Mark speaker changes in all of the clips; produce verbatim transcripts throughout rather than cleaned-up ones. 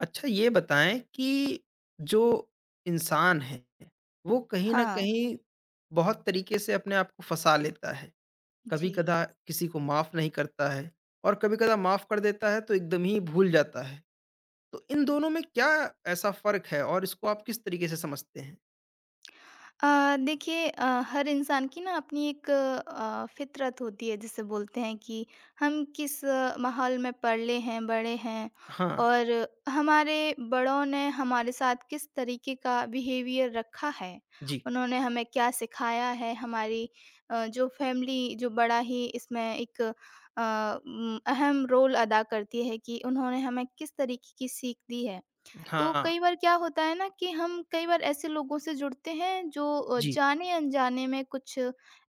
Speaker 1: अच्छा ये बताएँ कि जो इंसान है, वो कहीं न
Speaker 2: हाँ,
Speaker 1: कहीं बहुत तरीके से अपने आप को फँसा लेता है।
Speaker 2: जी।
Speaker 1: कभी-कदा किसी को माफ़ नहीं करता है और कभी-कदा माफ़ कर देता है तो एकदम ही भूल जाता है। तो इन दोनों में क्या ऐसा फ़र्क है और इसको आप किस तरीके से समझते हैं?
Speaker 2: अ, देखिए, अ, हर इंसान की ना अपनी एक अ, फ़ितरत होती है, जिसे बोलते हैं कि हम किस आ, माहौल में पले हैं, बड़े हैं,
Speaker 1: हाँ,
Speaker 2: और हमारे बड़ों ने हमारे साथ किस तरीके का बिहेवियर रखा है।
Speaker 1: जी।
Speaker 2: उन्होंने हमें क्या सिखाया है, हमारी अ, जो फ़ैमिली, जो बड़ा ही इसमें एक अ, उम, अहम रोल अदा करती है कि उन्होंने हमें किस तरीके की सीख दी है। तो
Speaker 1: हाँ,
Speaker 2: कई बार क्या होता है ना, कि हम कई बार ऐसे लोगों से जुड़ते हैं जो अ,
Speaker 1: जी।
Speaker 2: जाने अनजाने में कुछ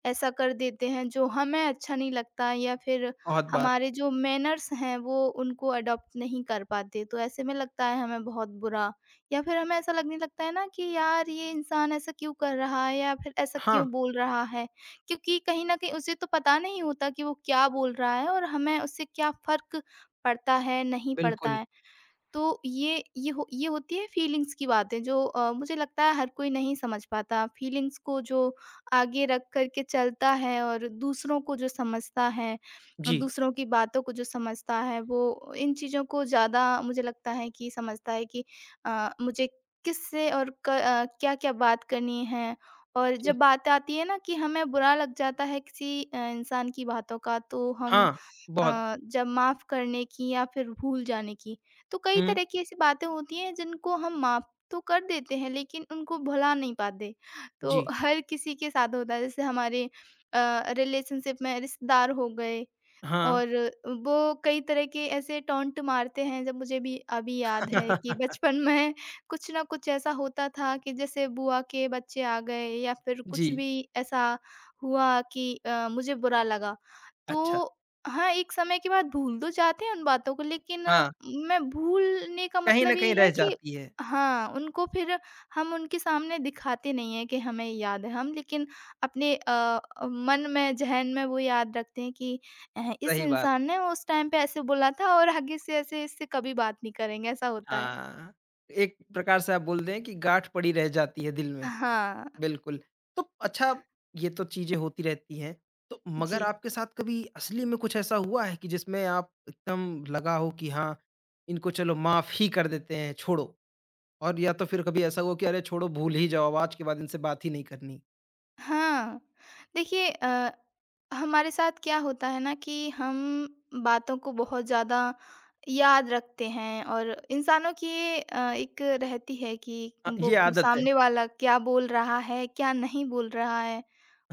Speaker 2: ऐसा कर देते हैं जो हमें अच्छा नहीं लगता, या फिर
Speaker 1: बहुत बार।
Speaker 2: हमारे जो मैनर्स हैं वो उनको अडॉप्ट नहीं कर पाते, तो ऐसे में लगता है हमें बहुत बुरा, या फिर हमें ऐसा लगने लगता है ना कि यार, ये इंसान ऐसा क्यों कर रहा है, या फिर ऐसा
Speaker 1: हाँ,
Speaker 2: क्यों बोल रहा है, क्योंकि कहीं ना कहीं उसे तो पता नहीं होता कि वो क्या बोल रहा है, और हमें उससे क्या फर्क पड़ता है, नहीं पड़ता
Speaker 1: बिल्कुल।
Speaker 2: है। तो ये ये हो ये होती है फीलिंग्स की बातें, जो अ, मुझे लगता है हर कोई नहीं समझ पाता। फीलिंग्स को जो आगे रख कर के चलता है और दूसरों को जो समझता है,
Speaker 1: जी,
Speaker 2: दूसरों की बातों को जो समझता है, वो इन चीज़ों को ज़्यादा मुझे लगता है कि समझता है कि अ, मुझे किससे और क अ, क्या-क्या बात करनी है। और जब
Speaker 1: ठीक।
Speaker 2: बात आती है ना कि हमें बुरा लग जाता है किसी अ, इंसान की बातों का, तो हम
Speaker 1: हाँ, बहुत।
Speaker 2: अ, जब माफ़ करने की या फिर भूल जाने की, तो कई
Speaker 1: हुँ,
Speaker 2: तरह की ऐसी बातें होती हैं जिनको हम माफ तो कर देते हैं, लेकिन उनको भुला नहीं पाते। तो
Speaker 1: जी।
Speaker 2: हर किसी के साथ होता है, जैसे हमारे रिलेशनशिप में रिश्तेदार हो गए,
Speaker 1: हाँ।
Speaker 2: और वो कई तरह के ऐसे टॉन्ट मारते हैं। जब मुझे भी अभी याद है कि बचपन में कुछ ना कुछ ऐसा होता था कि जैसे बुआ के बच्चे आ गए या फिर
Speaker 1: जी।
Speaker 2: कुछ भी ऐसा हुआ कि अ, मुझे बुरा लगा,
Speaker 1: अच्छा।
Speaker 2: तो हाँ, एक समय के बाद भूल तो जाते हैं उन बातों को, लेकिन अ,
Speaker 1: हाँ।
Speaker 2: मैं, भूलने का
Speaker 1: कहीं न
Speaker 2: मतलब ये
Speaker 1: कहीं रह
Speaker 2: है कि
Speaker 1: जाती है।
Speaker 2: हाँ, उनको फिर हम उनके सामने दिखाते नहीं हैं कि हमें याद है, हम, लेकिन अपने अ, मन में, जहन में वो याद रखते हैं कि अह, इस
Speaker 1: सही बात।
Speaker 2: इंसान ने उस टाइम पे ऐसे बोला था, और आगे से ऐसे इससे कभी बात नहीं करेंगे, ऐसा होता है।
Speaker 1: हाँ, एक प्रकार से आप बोल दें कि गाँठ पड़ी रह जाती है दिल में।
Speaker 2: हाँ,
Speaker 1: बिल्कुल। तो अच्छा ये तो चीज़ें होती रहती हैं। तो मगर
Speaker 2: जी।
Speaker 1: आपके साथ कभी असली में कुछ ऐसा हुआ है कि जिसमें आप एकदम लगा हो कि हाँ, इनको चलो माफ़ ही कर देते हैं, छोड़ो। और या तो फिर कभी ऐसा हुआ कि अरे छोड़ो भूल ही जाओ, अब आज के बाद इनसे बात ही नहीं करनी।
Speaker 2: हाँ, देखिए, अ, हमारे साथ क्या होता है ना कि हम बातों को बहुत ज़्यादा याद रखते हैं, और इंसानों की ये अ, एक रहती है कि
Speaker 1: अ,
Speaker 2: वो
Speaker 1: ये आदत है।
Speaker 2: सामने वाला क्या बोल रहा है, क्या नहीं बोल रहा है,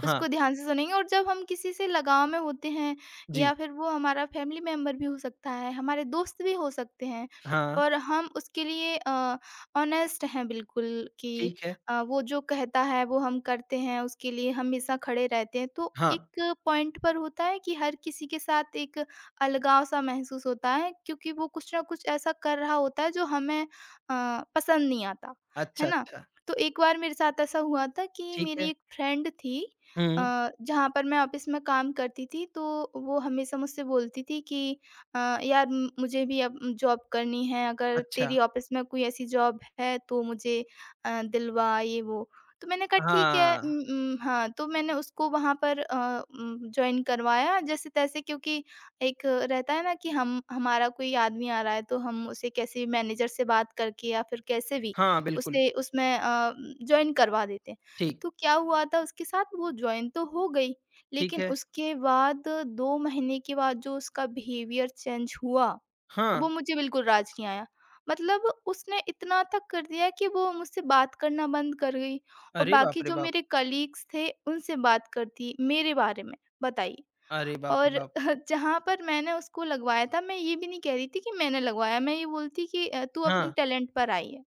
Speaker 1: हाँ,
Speaker 2: उसको ध्यान से सुनेंगे। और जब हम किसी से लगाव में होते हैं,
Speaker 1: जी।
Speaker 2: या फिर वो हमारा फैमिली मेंबर भी हो सकता है, हमारे दोस्त भी हो सकते हैं,
Speaker 1: हाँ,
Speaker 2: और हम उसके लिए अ, ऑनेस्ट हैं बिल्कुल कि
Speaker 1: ठीक है।
Speaker 2: अ, वो जो कहता है वो हम करते हैं, उसके लिए हम हमेशा खड़े रहते हैं। तो
Speaker 1: हाँ,
Speaker 2: एक पॉइंट पर होता है कि हर किसी के साथ एक अलगाव-सा महसूस होता है, क्योंकि वो कुछ न कुछ ऐसा कर रहा होता है जो हमें अ, पसंद नहीं आता,
Speaker 1: अच्छा,
Speaker 2: है ना?
Speaker 1: अच्छा।
Speaker 2: तो एक बार मेरे साथ ऐसा हुआ था कि
Speaker 1: ठीक
Speaker 2: मेरी
Speaker 1: है।
Speaker 2: एक फ्रेंड थी,
Speaker 1: हुँ,
Speaker 2: अ, जहाँ पर मैं ऑफ़िस में काम करती थी, तो वो हमेशा मुझसे बोलती थी कि अ, "यार, म- मुझे भी अब जॉब करनी है, अगर
Speaker 1: अच्छा।
Speaker 2: तेरी ऑफ़िस में कोई ऐसी जॉब है तो मुझे अ, दिलवा ये वो।" तो मैंने कहा ठीक है,
Speaker 1: हाँ।
Speaker 2: उम उम, हाँ, तो मैंने उसको वहाँ पर अ, उम, जॉइन करवाया जैसे-तैसे, क्योंकि एक रहता है ना कि हम हमारा कोई आदमी आ रहा है, तो हम उसे कैसे भी मैनेजर से बात करके या फिर कैसे भी
Speaker 1: हाँ, बिल्कुल,
Speaker 2: उसे उसमें अ, जॉइन करवा देते हैं।
Speaker 1: ठीक,
Speaker 2: तो क्या हुआ था उसके साथ, वो जॉइन तो हो गई,
Speaker 1: ठीक
Speaker 2: लेकिन
Speaker 1: है।
Speaker 2: उसके बाद दो महीने के बाद जो उसका बिहेवियर चेंज हुआ,
Speaker 1: हाँ,
Speaker 2: वो मुझे बिल्कुल राज नहीं आया। मतलब उसने इतना तक कर दिया कि वो मुझसे बात करना बंद कर गई, और
Speaker 1: अरे बाप
Speaker 2: बाकी
Speaker 1: रे
Speaker 2: जो
Speaker 1: बाप!
Speaker 2: मेरे कलीग्स थे उनसे बात करती मेरे बारे में, बताइए।
Speaker 1: अरे बाप रे
Speaker 2: और
Speaker 1: बाप!
Speaker 2: जहाँ पर मैंने उसको लगवाया था, मैं ये भी नहीं कह रही थी कि मैंने लगवाया, मैं ये बोलती कि अ, तू अपने
Speaker 1: हाँ,
Speaker 2: टैलेंट पर आई है।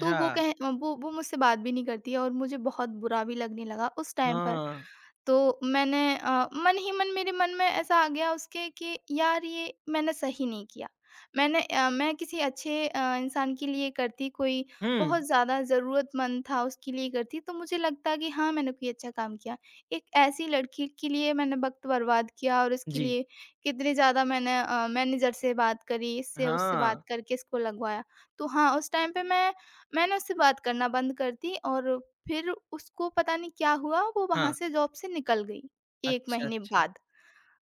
Speaker 2: तो वो कह वो वो मुझसे बात भी नहीं करती है, और मुझे बहुत बुरा भी लगने लगा उस टाइम पर।
Speaker 1: हाँ,
Speaker 2: तो मैंने अ, मन ही मन, मेरे मन में ऐसा आ गया उसके कि यार, ये मैंने सही नहीं किया। मैंने अ, मैं किसी अच्छे अ, इंसान के लिए करती, कोई बहुत
Speaker 1: हुँ,
Speaker 2: ज़्यादा ज़रूरतमंद था उसके लिए करती, तो मुझे लगता कि हाँ, मैंने कोई अच्छा काम किया। एक ऐसी लड़की के लिए मैंने वक़्त बर्बाद किया, और इसके
Speaker 1: जी,
Speaker 2: लिए कितने ज़्यादा मैंने अ, मैनेजर से बात करी, इससे उससे
Speaker 1: हाँ,
Speaker 2: बात करके इसको लगवाया। तो हाँ, उस टाइम पे मैं मैंने उससे बात करना बंद कर दी, और फिर उसको पता नहीं क्या हुआ, वो वहाँ
Speaker 1: हाँ,
Speaker 2: से जॉब से निकल गई, एक
Speaker 1: अच्छा,
Speaker 2: महीने
Speaker 1: अच्छा,
Speaker 2: बाद।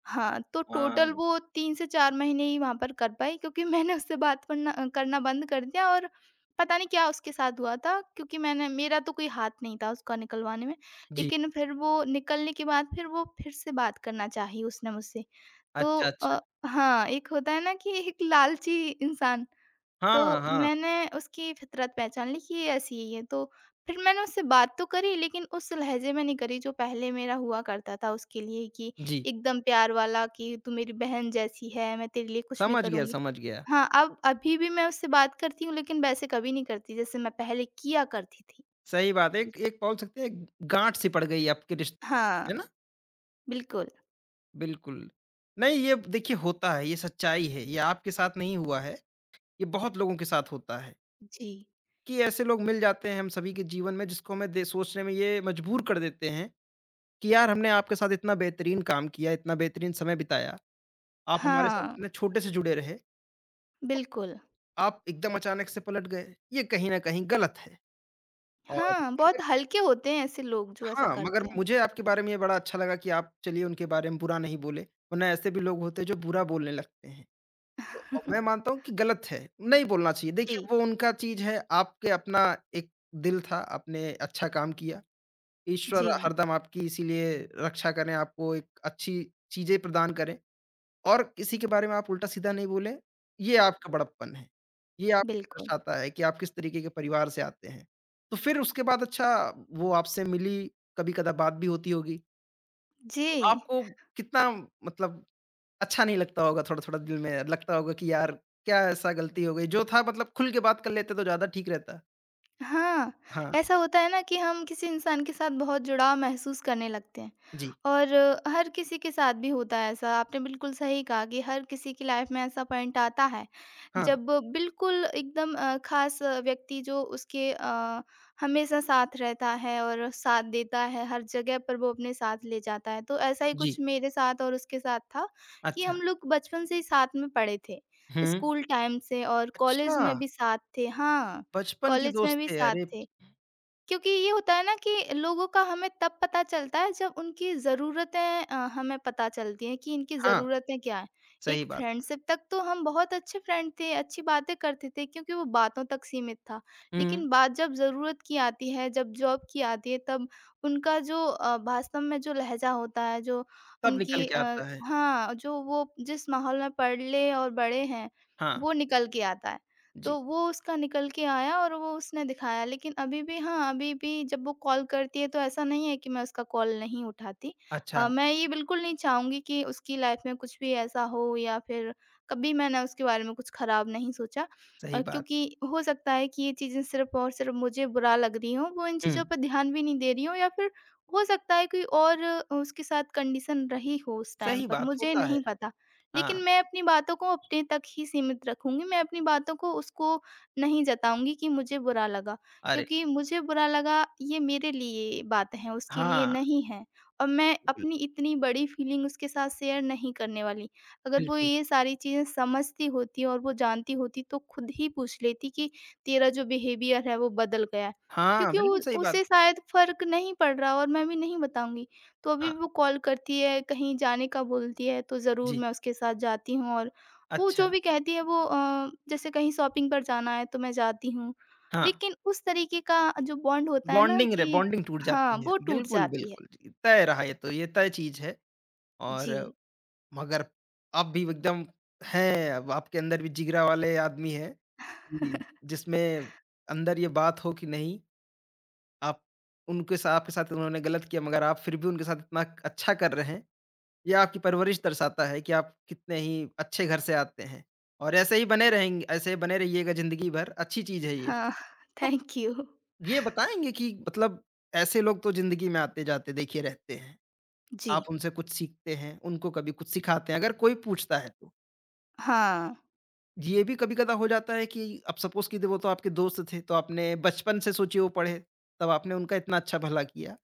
Speaker 2: हाँ, तो टोटल
Speaker 1: हाँ,
Speaker 2: वो तीन से चार महीने ही वहाँ पर कर पाई, क्योंकि मैंने उससे बात पड़ना अ, करना बंद कर दिया, और पता नहीं क्या उसके साथ हुआ था, क्योंकि मैंने मेरा तो कोई हाथ नहीं था उसका निकलवाने में।
Speaker 1: जी,
Speaker 2: लेकिन फिर वो निकलने के बाद फिर वो फिर से बात करना चाही उसने मुझसे। तो
Speaker 1: अच्छा, अच्छा,
Speaker 2: अ, हाँ, एक होता है ना कि एक लालची इंसान। तो
Speaker 1: हाँ, हाँ,
Speaker 2: मैंने उसकी फितरत पहचान ली कि ये ऐसी ही है। तो फिर मैंने उससे बात तो करी, लेकिन उस लहज़े में नहीं करी जो पहले मेरा हुआ करता था उसके लिए, कि
Speaker 1: जी,
Speaker 2: एकदम प्यार वाला कि तू मेरी बहन जैसी है, मैं तेरे लिए कुछ भी
Speaker 1: समझ गया,
Speaker 2: करूँगी।
Speaker 1: समझ गया।
Speaker 2: हाँ, अब अभी भी मैं उससे बात करती हूँ, लेकिन वैसे कभी नहीं करती जैसे मैं पहले किया करती थी।
Speaker 1: सही बात है, एक एक बोल सकते हैं गाँठ सी पड़ गई आपके रिश्ते
Speaker 2: हाँ,
Speaker 1: में, है ना?
Speaker 2: बिल्कुल।
Speaker 1: बिल्कुल, नहीं ये देखिए होता है, ये सच्चाई है, ये आपके साथ नहीं हुआ है, ये बहुत लोगों के साथ होता है।
Speaker 2: जी।
Speaker 1: कि ऐसे लोग मिल जाते हैं हम सभी के जीवन में जिसको हमें दे सोचने में ये मजबूर कर देते हैं कि यार हमने आपके साथ इतना बेहतरीन काम किया, इतना बेहतरीन समय बिताया, आप हमारे साथ
Speaker 2: हाँ,
Speaker 1: इतने छोटे से जुड़े रहे,
Speaker 2: बिल्कुल।
Speaker 1: आप एकदम अचानक से पलट गए, ये कहीं न कहीं गलत है। और
Speaker 2: हाँ,
Speaker 1: मगर
Speaker 2: बहुत हल्के होते हैं ऐसे लोग जो ऐसा
Speaker 1: हाँ, मगर
Speaker 2: करते हैं।
Speaker 1: मुझे आपके बारे में ये बड़ा अच्छा लगा कि आप चलिए उनके बारे में बुरा नहीं बोले, वरना ऐसे भी लोग होते हैं जो बुरा बोलने लगते हैं। तो अ, मैं मानता हूँ कि गलत है, नहीं बोलना चाहिए।
Speaker 2: जी,
Speaker 1: देखिए वो उनका चीज़ है, आपके अपना एक दिल था, आपने अच्छा काम किया। ईश्वर
Speaker 2: जी,
Speaker 1: हरदम आपकी इसीलिए रक्षा करें, आपको एक अच्छी चीज़ें प्रदान करें और किसी के बारे में आप उल्टा-सीधा नहीं बोलें, ये आपका बड़प्पन है। ये आपको
Speaker 2: बिल्कुल।
Speaker 1: दर्शाता है कि आप किस तरीके के परिवार से आते हैं। तो फिर उसके बाद अच्छा वो आपसे मिली, कभी-कदा बात भी होती होगी, तो
Speaker 2: जी।
Speaker 1: आपको कितना मतलब अच्छा नहीं लगता होगा थोड़ा-थोड़ा दिल में लगता होगा कि यार क्या ऐसा गलती हो गई? जो था मतलब खुल के बात कर लेते तो ज़्यादा ठीक रहता।
Speaker 2: हाँ,
Speaker 1: हाँ,
Speaker 2: ऐसा होता है ना कि हम किसी इंसान के साथ बहुत जुड़ाव महसूस करने लगते हैं,
Speaker 1: जी।
Speaker 2: और अ, हर किसी के साथ भी होता है ऐसा। आपने बिल्कुल सही कहा कि हर किसी की लाइफ में ऐसा पॉइंट आता है,
Speaker 1: हाँ,
Speaker 2: जब बिल्कुल एकदम अ, ख़ास व्यक्ति जो उसके अ, हमेशा साथ रहता है और साथ देता है, हर जगह पर वो अपने साथ ले जाता है। तो ऐसा ही
Speaker 1: जी।
Speaker 2: कुछ मेरे साथ और उसके साथ था कि
Speaker 1: अच्छा।
Speaker 2: हम लोग बचपन से ही साथ में पढ़े थे,
Speaker 1: हुँ।
Speaker 2: स्कूल टाइम से, और कॉलेज
Speaker 1: अच्छा!
Speaker 2: में भी साथ थे। हाँ।
Speaker 1: बचपन के
Speaker 2: कॉलेज में
Speaker 1: दोस्त
Speaker 2: भी
Speaker 1: थे,
Speaker 2: साथ
Speaker 1: अरे!
Speaker 2: थे। क्योंकि ये होता है ना कि लोगों का हमें तब पता चलता है जब उनकी ज़रूरतें अ, हमें पता चलती हैं कि इनकी
Speaker 1: हाँ,
Speaker 2: ज़रूरतें क्या हैं।
Speaker 1: सही
Speaker 2: एक
Speaker 1: बात।
Speaker 2: फ्रेंडशिप तक तो हम बहुत अच्छे फ्रेंड थे, अच्छी बातें करते थे, क्योंकि वो बातों तक सीमित था।
Speaker 1: हुँ।
Speaker 2: लेकिन बात जब ज़रूरत की आती है, जब जॉब की आती है, तब उनका जो अ, वास्तव में जो लहज़ा होता है, जो
Speaker 1: तब निकल
Speaker 2: उनकी
Speaker 1: के
Speaker 2: अ,
Speaker 1: आता है।
Speaker 2: हाँ, जो वो जिस माहौल में पले और बड़े हैं,
Speaker 1: हाँ,
Speaker 2: वो निकल के आता है।
Speaker 1: जी।
Speaker 2: तो वो उसका निकल के आया और वो उसने दिखाया। लेकिन अभी भी, हाँ, अभी भी जब वो कॉल करती है तो ऐसा नहीं है कि मैं उसका कॉल नहीं उठाती।
Speaker 1: अच्छा,
Speaker 2: अ, मैं ये बिल्कुल नहीं चाहूँगी कि उसकी लाइफ़ में कुछ भी ऐसा हो, या फिर कभी मैंने उसके बारे में कुछ ख़राब नहीं सोचा,
Speaker 1: सही
Speaker 2: अ,
Speaker 1: बात।
Speaker 2: क्योंकि हो सकता है कि ये चीज़ें सिर्फ़ और सिर्फ़ मुझे बुरा लग रही हों, वो इन
Speaker 1: हुँ।
Speaker 2: चीज़ों पे ध्यान भी नहीं दे रही हो, या फिर हो सकता है कोई और अ, उसके साथ कंडीशन रही हो उस टाइम
Speaker 1: सही
Speaker 2: पर,
Speaker 1: बात,
Speaker 2: मुझे
Speaker 1: होता है।
Speaker 2: नहीं पता। लेकिन
Speaker 1: हाँ,
Speaker 2: मैं अपनी बातों को अपने तक ही सीमित रखूँगी, मैं अपनी बातों को उसको नहीं जताऊँगी कि मुझे बुरा लगा,
Speaker 1: अरे!
Speaker 2: क्योंकि मुझे बुरा लगा, ये मेरे लिए बात है, उसके लिए
Speaker 1: हाँ,
Speaker 2: नहीं है, और मैं
Speaker 1: बिल्कुल,
Speaker 2: अपनी इतनी बड़ी फीलिंग उसके साथ शेयर नहीं करने वाली। अगर वो
Speaker 1: बिल्कुल।
Speaker 2: ये सारी चीज़ें समझती होती और वो जानती होती तो खुद ही पूछ लेती कि तेरा जो बिहेवियर है वो बदल गया है,
Speaker 1: हाँ,
Speaker 2: क्योंकि उ
Speaker 1: बिल्कुल सही बात।
Speaker 2: उसे शायद फ़र्क नहीं पड़ रहा, और मैं भी नहीं बताऊँगी। तो अभी
Speaker 1: हाँ,
Speaker 2: भी वो कॉल करती है, कहीं जाने का बोलती है तो ज़रूर
Speaker 1: जी।
Speaker 2: मैं उसके साथ जाती हूँ, और वो
Speaker 1: अच्छा,
Speaker 2: जो भी कहती है वो, अ, जैसे कहीं शॉपिंग पर जाना है तो मैं जाती हूँ।
Speaker 1: हाँ,
Speaker 2: लेकिन उस तरीके का जो बॉन्ड होता है ना
Speaker 1: बॉन्डिंग रे
Speaker 2: कि
Speaker 1: बॉन्डिंग टूट
Speaker 2: हाँ,
Speaker 1: जाती है।
Speaker 2: वो टूट
Speaker 1: बिल्कुल,
Speaker 2: जाती है।
Speaker 1: बिल्कुल जी, तय रहा ये तो, ये तय चीज़ है
Speaker 2: जी।
Speaker 1: और मगर आप भी एकदम हैं, अब आपके अंदर भी जिगरा वाले आदमी हैं कि जिसमें अंदर ये बात हो कि नहीं आप उनके साथ आपके साथ उन्होंने गलत किया मगर आप फिर भी उनके साथ इतना अच्छा कर रहे हैं। ये आपकी परवरिश दर्शाता है कि आप कितने ही अच्छे घर से आते हैं और ऐसे ही बने रहेंगे ऐसे ही बने रहिएगा ज़िंदगी भर, अच्छी चीज़ है ये।
Speaker 2: हाँ,
Speaker 1: तो
Speaker 2: थैंक यू।
Speaker 1: ये बताएँगे कि मतलब ऐसे लोग तो ज़िंदगी में आते-जाते देखिए रहते हैं।
Speaker 2: जी।
Speaker 1: आप उनसे कुछ सीखते हैं, उनको कभी कुछ सिखाते हैं अगर कोई पूछता है तो।
Speaker 2: हाँ,
Speaker 1: ये भी कभी-कदा हो जाता है कि अब सपोज़ कीजिए वो तो आपके दोस्त थे, तो आपने बचपन से सोचिए वो पढ़े, तब आपने उनका इतना अच्छा भला किया।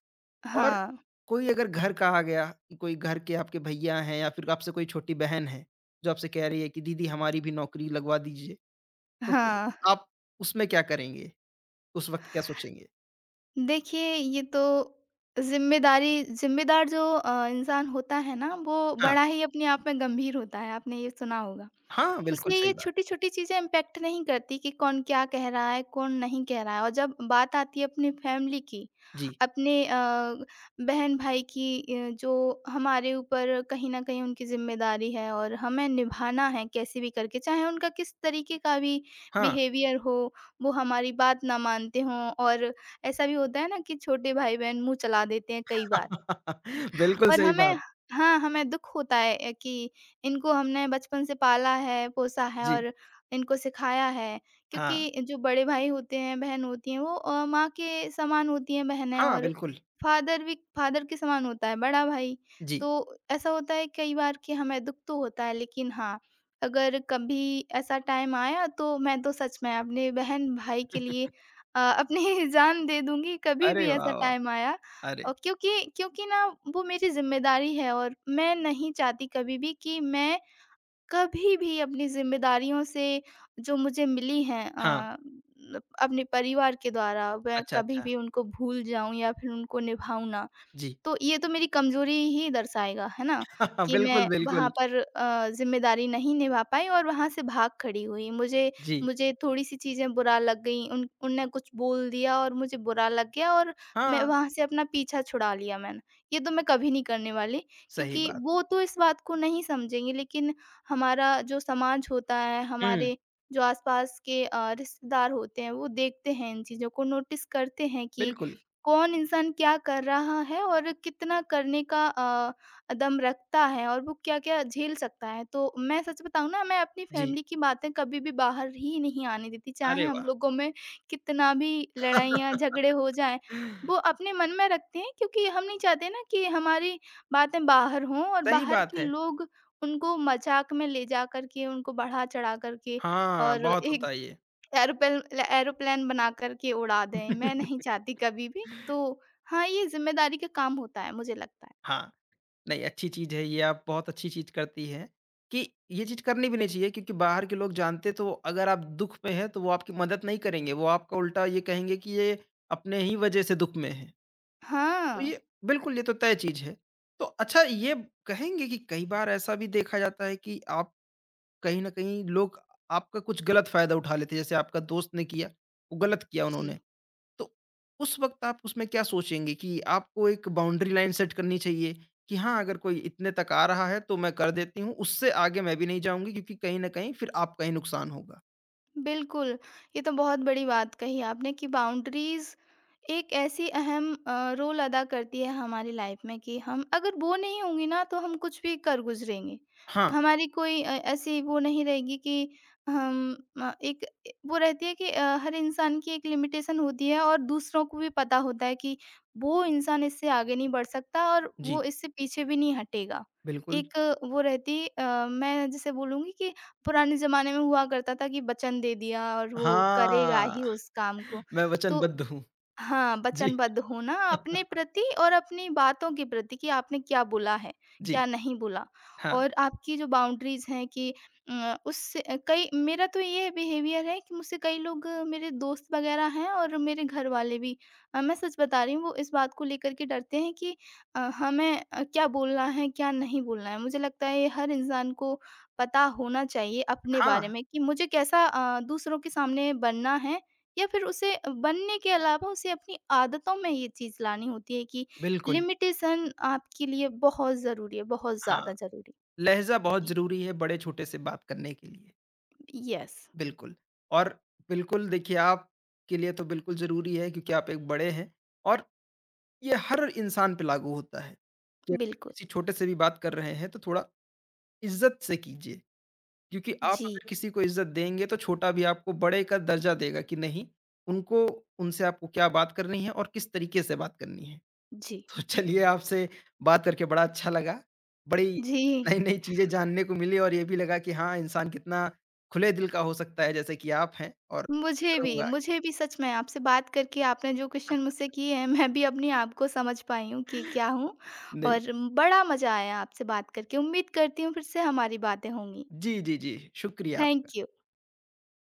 Speaker 1: और
Speaker 2: हाँ,
Speaker 1: कोई अगर घर कहा गया कि कोई घर के आपके भैया हैं या फिर आपसे कोई छोटी बहन है, जो आपसे कह रही है कि दीदी हमारी भी नौकरी लगवा दीजिए, तो फिर
Speaker 2: हाँ।
Speaker 1: आप उसमें क्या करेंगे? उस वक़्त क्या सोचेंगे?
Speaker 2: देखिए, ये तो ज़िम्मेदारी, ज़िम्मेदार जो अ, इंसान होता है ना, वो
Speaker 1: हाँ,
Speaker 2: बड़ा ही अपने आप में गंभीर होता है, आपने ये सुना होगा।
Speaker 1: हाँ, बिल्कुल
Speaker 2: उसमें
Speaker 1: सही
Speaker 2: ये
Speaker 1: बात।
Speaker 2: छोटी-छोटी चीज़ें इम्पैक्ट नहीं करती कि कौन क्या कह रहा है, कौन नहीं कह रहा है, और जब बात आती है अपनी फैमिली की,
Speaker 1: जी,
Speaker 2: अपने अ, बहन-भाई की, अ, जो हमारे ऊपर कहीं न कहीं उनकी ज़िम्मेदारी है और हमें निभाना है कैसे भी करके, चाहे उनका किस तरीके का भी
Speaker 1: हाँ।
Speaker 2: बिहेवियर हो, वो हमारी बात ना मानते हों और ऐसा भी होता है ना कि छोटे भाई-बहन मुँह चला देते हैं कई बार।
Speaker 1: बिल्कुल
Speaker 2: और
Speaker 1: सही
Speaker 2: हमें
Speaker 1: बात।
Speaker 2: हाँ, हमें दुःख होता है अ, कि इनको हमने बचपन से पाला है, पोसा है
Speaker 1: जी,
Speaker 2: और इनको सिखाया है।
Speaker 1: हाँ।
Speaker 2: क्योंकि जो बड़े भाई होते हैं, बहन होती हैं, वो अ, माँ के समान होती हैं बहनें
Speaker 1: हाँ,
Speaker 2: और
Speaker 1: बिल्कुल।
Speaker 2: फ़ादर भी फ़ादर के समान होता है बड़ा भाई।
Speaker 1: जी।
Speaker 2: तो ऐसा होता है कई बार कि हमें दुःख तो होता है लेकिन हाँ, अगर कभी ऐसा टाइम आया तो मैं तो सच में अपने बहन-भाई के लिए अ, अपनी जान दे दूँगी, कभी
Speaker 1: अरे
Speaker 2: भी ऐसा
Speaker 1: वाह, वाह!
Speaker 2: टाइम आया।
Speaker 1: अरे!
Speaker 2: अ, क्योंकि क्योंकि ना वो मेरी ज़िम्मेदारी है और मैं नहीं चाहती कभी भी कि मैं कभी भी अपनी ज़िम्मेदारियों से जो मुझे मिली हैं
Speaker 1: हाँ,
Speaker 2: अ, अपने परिवार के द्वारा, मैं
Speaker 1: अच्छा,
Speaker 2: कभी
Speaker 1: अच्छा।
Speaker 2: भी उनको भूल जाऊँ या फिर उनको निभाऊँ ना।
Speaker 1: जी।
Speaker 2: तो ये तो मेरी कमज़ोरी ही दर्शाएगा, है ना?
Speaker 1: हाँ
Speaker 2: कि
Speaker 1: बिल्कुल,
Speaker 2: मैं वहाँ
Speaker 1: बिल्कुल।
Speaker 2: पर अ, ज़िम्मेदारी नहीं निभा पाई और वहाँ से भाग खड़ी हुई। मुझे
Speaker 1: जी।
Speaker 2: मुझे थोड़ी-सी चीज़ें बुरा लग गईं, उन उनने कुछ बोल दिया और मुझे बुरा लग गया और मैं
Speaker 1: हाँ,
Speaker 2: वहाँ से अपना पीछा छुड़ा लिया मैंने। ये तो मैं कभी नहीं करने वाली
Speaker 1: सही
Speaker 2: क्योंकि
Speaker 1: बात।
Speaker 2: वो तो इस बात को नहीं समझेंगे लेकिन हमारा जो समाज होता है,
Speaker 1: हुँ,
Speaker 2: हमारे जो आस-पास के अ, रिश्तेदार होते हैं, वो देखते हैं इन चीज़ों को, नोटिस करते हैं कि
Speaker 1: बिल्कुल।
Speaker 2: कौन इंसान क्या कर रहा है और कितना करने का अ, दम रखता है और वो क्या-क्या झेल सकता है। तो मैं सच बताऊँ ना मैं अपनी
Speaker 1: जी।
Speaker 2: फैमिली की बातें कभी भी बाहर ही नहीं आने देती,
Speaker 1: अरे
Speaker 2: चाहे हम लोगों में कितना भी लड़ाइयाँ, झगड़े हो जाएँ,
Speaker 1: वाह!
Speaker 2: वो अपने मन में रखते हैं क्योंकि हम नहीं चाहते ना कि हमारी बातें बाहर हों और
Speaker 1: सही
Speaker 2: बाहर
Speaker 1: बात
Speaker 2: के
Speaker 1: है।
Speaker 2: लोग उनको मज़ाक में ले जा कर के, उनको बढ़ा-चढ़ा कर के
Speaker 1: हाँ,
Speaker 2: और
Speaker 1: बहुत होता
Speaker 2: एक
Speaker 1: है ये।
Speaker 2: एरोप्लेन ल एरोप्लेन बना कर के उड़ा दें, मैं नहीं चाहती कभी भी। तो हाँ, ये ज़िम्मेदारी का काम होता है, मुझे लगता है।
Speaker 1: हाँ, नहीं अच्छी चीज़ है ये आप बहुत अच्छी चीज़ करती हैं, कि ये चीज़ करनी भी नहीं चाहिए क्योंकि बाहर के लोग जानते तो अगर आप दुःख में हैं तो वो आपकी मदद नहीं करेंगे, वो आपका उल्टा ये कहेंगे कि ये अपने ही वजह से दुःख में है। तो
Speaker 2: हाँ,
Speaker 1: ये बिल्कुल ये तो तय चीज़ है। तो अच्छा ये कहेंगे कि कई बार ऐसा भी देखा जाता है कि आप कहीं न कहीं लोग आपका कुछ गलत फ़ायदा उठा लेते हैं, जैसे आपका दोस्त ने किया, वो गलत किया
Speaker 2: जी,
Speaker 1: उन्होंने। तो उस वक़्त आप उसमें क्या सोचेंगे कि आपको एक बाउंड्री लाइन सेट करनी चाहिए कि हाँ, अगर कोई इतने तक आ रहा है तो मैं कर देती हूँ, उससे आगे मैं भी नहीं जाऊँगी क्योंकि कहीं न कहीं फिर आपका ही नुकसान होगा?
Speaker 2: बिल्कुल। ये तो बहुत बड़ी बात कही आपने कि बाउंड्रीज़ एक ऐसी अहम अ, रोल अदा करती है हमारी लाइफ में कि हम अगर वो नहीं होंगी ना तो हम कुछ भी कर गुज़रेंगे।
Speaker 1: हाँ,
Speaker 2: हमारी कोई अ, ऐसी वो नहीं रहेगी कि हम अ, एक ए वो रहती है कि अ, हर इंसान की एक लिमिटेशन होती है और दूसरों को भी पता होता है कि वो इंसान इससे आगे नहीं बढ़ सकता और
Speaker 1: जी,
Speaker 2: वो इससे पीछे भी नहीं हटेगा।
Speaker 1: बिल्कुल।
Speaker 2: एक वो रहती अ, मैं जैसे बोलूँगी कि पुराने ज़माने में हुआ करता था कि वचन दे दिया और वो करेगा
Speaker 1: हाँ,
Speaker 2: ही उस काम को।
Speaker 1: मैं
Speaker 2: तो
Speaker 1: वचनबद्ध हूँ।
Speaker 2: हाँ,
Speaker 1: जी।
Speaker 2: वचनबद्ध होना अपने प्रति और अपनी बातों के प्रति कि आपने क्या बोला है,
Speaker 1: जी,
Speaker 2: क्या नहीं बोला
Speaker 1: हाँ।
Speaker 2: और आपकी जो बाउंड्रीज़ हैं कि उम, उससे अ, कई मेरा तो ये बिहेवियर है कि मुझसे कई लोग अ, मेरे दोस्त वग़ैरह हैं और मेरे घर वाले भी अ, मैं सच बता रही हूँ वो इस बात को लेकर के डरते हैं कि अ, हमें अ, क्या बोलना है, क्या नहीं बोलना है। मुझे लगता है ये हर इंसान को पता होना चाहिए अपने
Speaker 1: हाँ,
Speaker 2: बारे में कि मुझे कैसा अ, दूसरों के सामने बनना है या फिर उसे बनने के अलावा उसे अपनी आदतों में ये चीज़ लानी होती है कि
Speaker 1: बिल्कुल,
Speaker 2: लिमिटेशन आपके लिए बहुत ज़रूरी है, बहुत
Speaker 1: हाँ।
Speaker 2: ज़्यादा ज़रूरी।
Speaker 1: लहज़ा बहुत
Speaker 2: जी।
Speaker 1: ज़रूरी है बड़े-छोटे से बात करने के लिए,
Speaker 2: यस,
Speaker 1: बिल्कुल। और बिल्कुल देखिए, आपके लिए तो बिल्कुल ज़रूरी है क्योंकि आप एक बड़े हैं और ये हर इंसान पे लागू होता है कि अगर
Speaker 2: बिल्कुल।
Speaker 1: किसी छोटे से भी बात कर रहे हैं तो थोड़ा इज्जत से कीजिए क्योंकि आप
Speaker 2: जी,
Speaker 1: अगर किसी को इज्जत देंगे तो छोटा भी आपको बड़े का दर्जा देगा कि नहीं उनको उनसे आपको क्या बात करनी है और किस तरीके से बात करनी है
Speaker 2: जी।
Speaker 1: तो चलिए आपसे बात करके बड़ा अच्छा लगा बड़ी
Speaker 2: जी,
Speaker 1: नई नई चीजें जानने को मिली और ये भी लगा कि हाँ इंसान कितना खुले दिल का हो सकता है जैसे कि आप हैं और
Speaker 2: मुझे भी
Speaker 1: करूंगा
Speaker 2: मुझे भी सच में आपसे बात करके आपने जो क्वेश्चन मुझसे किए हैं, मैं भी अपने आप को समझ पाई हूँ कि क्या हूँ
Speaker 1: नहीं
Speaker 2: और बड़ा मज़ा आया आपसे बात करके। उम्मीद करती हूँ फिर से हमारी बातें होंगी।
Speaker 1: जी जी जी शुक्रिया आपका
Speaker 2: थैंक यू।